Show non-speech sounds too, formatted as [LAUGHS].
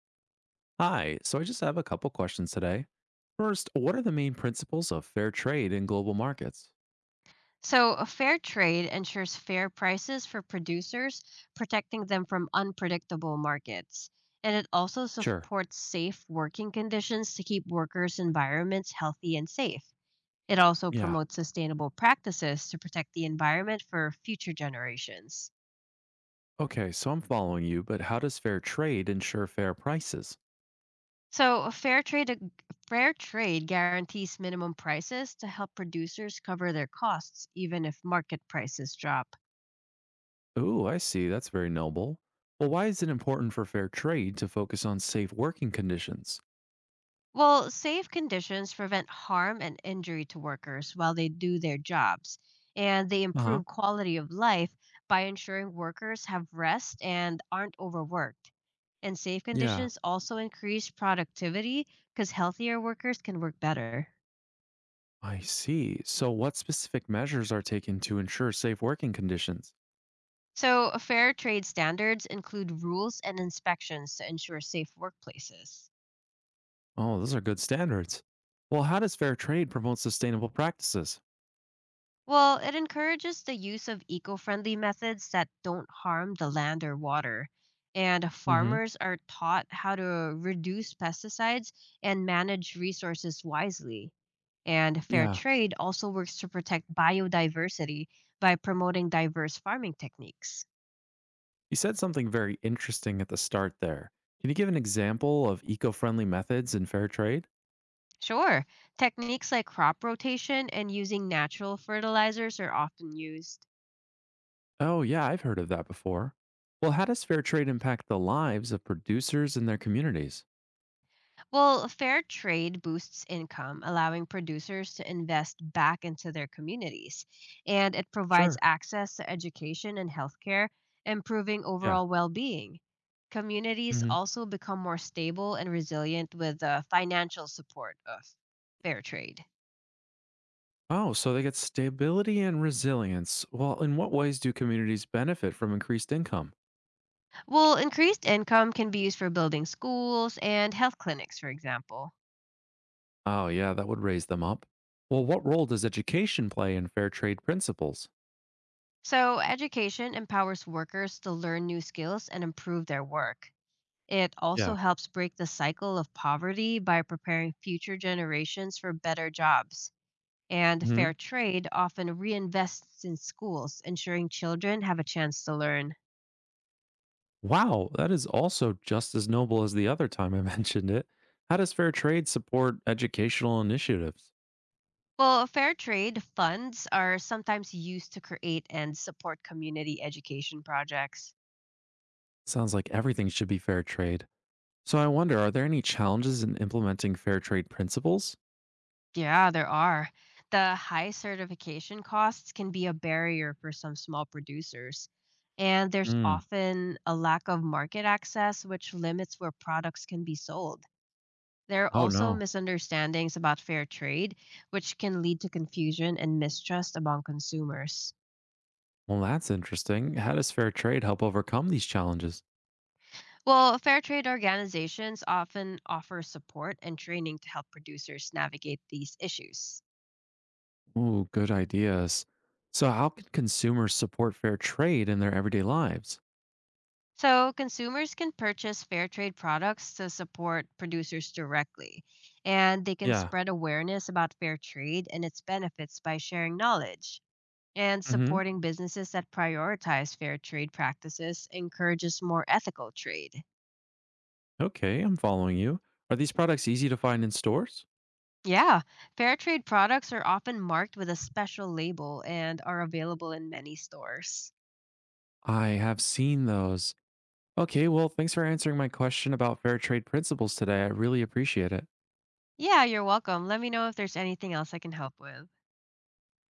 Hi, so I just have a couple questions today. First, what are the main principles of fair trade in global markets? So, a fair trade ensures fair prices for producers, protecting them from unpredictable markets. And it also Sure. supports safe working conditions to keep workers' environments healthy and safe. It also Yeah, promotes sustainable practices to protect the environment for future generations. okay, so I'm following you, but how does fair trade ensure fair prices? So, a fair trade guarantees minimum prices to help producers cover their costs even if market prices drop. Ooh, I see, that's very noble. Well, why is it important for fair trade to focus on safe working conditions? Well, safe conditions prevent harm and injury to workers while they do their jobs, and they Uh huh. improve quality of life by ensuring workers have rest and aren't overworked. And safe Yeah, conditions also increase productivity because healthier workers can work better. I see. So, what specific measures are taken to ensure safe working conditions? So, fair trade standards include rules and inspections to ensure safe workplaces. Oh, those are good standards. Well, how does fair trade promote sustainable practices? Well, it encourages the use of eco friendly methods that don't harm the land or water. And Mm hmm. farmers are taught how to reduce pesticides and manage resources wisely. And fair Yeah. trade also works to protect biodiversity by promoting diverse farming techniques. You said something very interesting at the start there. Can you give an example of eco friendly methods in fair trade? Sure, techniques like crop rotation and using natural fertilizers are often used. Oh, yeah, I've heard of that before. Well, how does fair trade impact the lives of producers and their communities? Well, fair trade boosts income, allowing producers to invest back into their communities, and it provides Sure. access to education and healthcare, improving Yeah. overall well being. Communities Hmm. also become more stable and resilient with the financial support of fair trade. Oh, so they get stability and resilience. Well, in what ways do communities benefit from increased income? Well, increased income can be used for building schools and health clinics, for example. Oh, yeah, that would raise them up. Well, what role does education play in fair trade principles? So, education empowers workers to learn new skills and improve their work. It also Yeah. helps break the cycle of poverty by preparing future generations for better jobs. And Mhm. fair trade often reinvests in schools, ensuring children have a chance to learn. Wow, that is also just as noble as the other time I [LAUGHS] mentioned it. How does fair trade support educational initiatives? Well, fair trade funds are sometimes used to create and support community education projects. Sounds like everything should be fair trade. So I wonder, are there any challenges in implementing fair trade principles? Yeah, there are. The high certification costs can be a barrier for some small producers. And there's Hmm. often a lack of market access, which limits where products can be sold. There are Oh also no. misunderstandings about fair trade, which can lead to confusion and mistrust among consumers. Well, that's interesting. How does fair trade help overcome these challenges? Well, fair trade organizations often offer support and training to help producers navigate these issues. Ooh, good ideas. So how can consumers support fair trade in their everyday lives? So, consumers can purchase fair trade products to support producers directly, and they can Yeah. spread awareness about fair trade and its benefits by sharing knowledge. And Mm-hmm. supporting businesses that prioritize fair trade practices encourages more ethical trade. Okay, I'm following you. Are these products easy to find in stores? Yeah, fair trade products are often marked with a special label and are available in many stores. I have seen those. Okay, well, thanks for answering my question about fair trade principles today. I really appreciate it. Yeah, you're welcome. Let me know if there's anything else I can help with.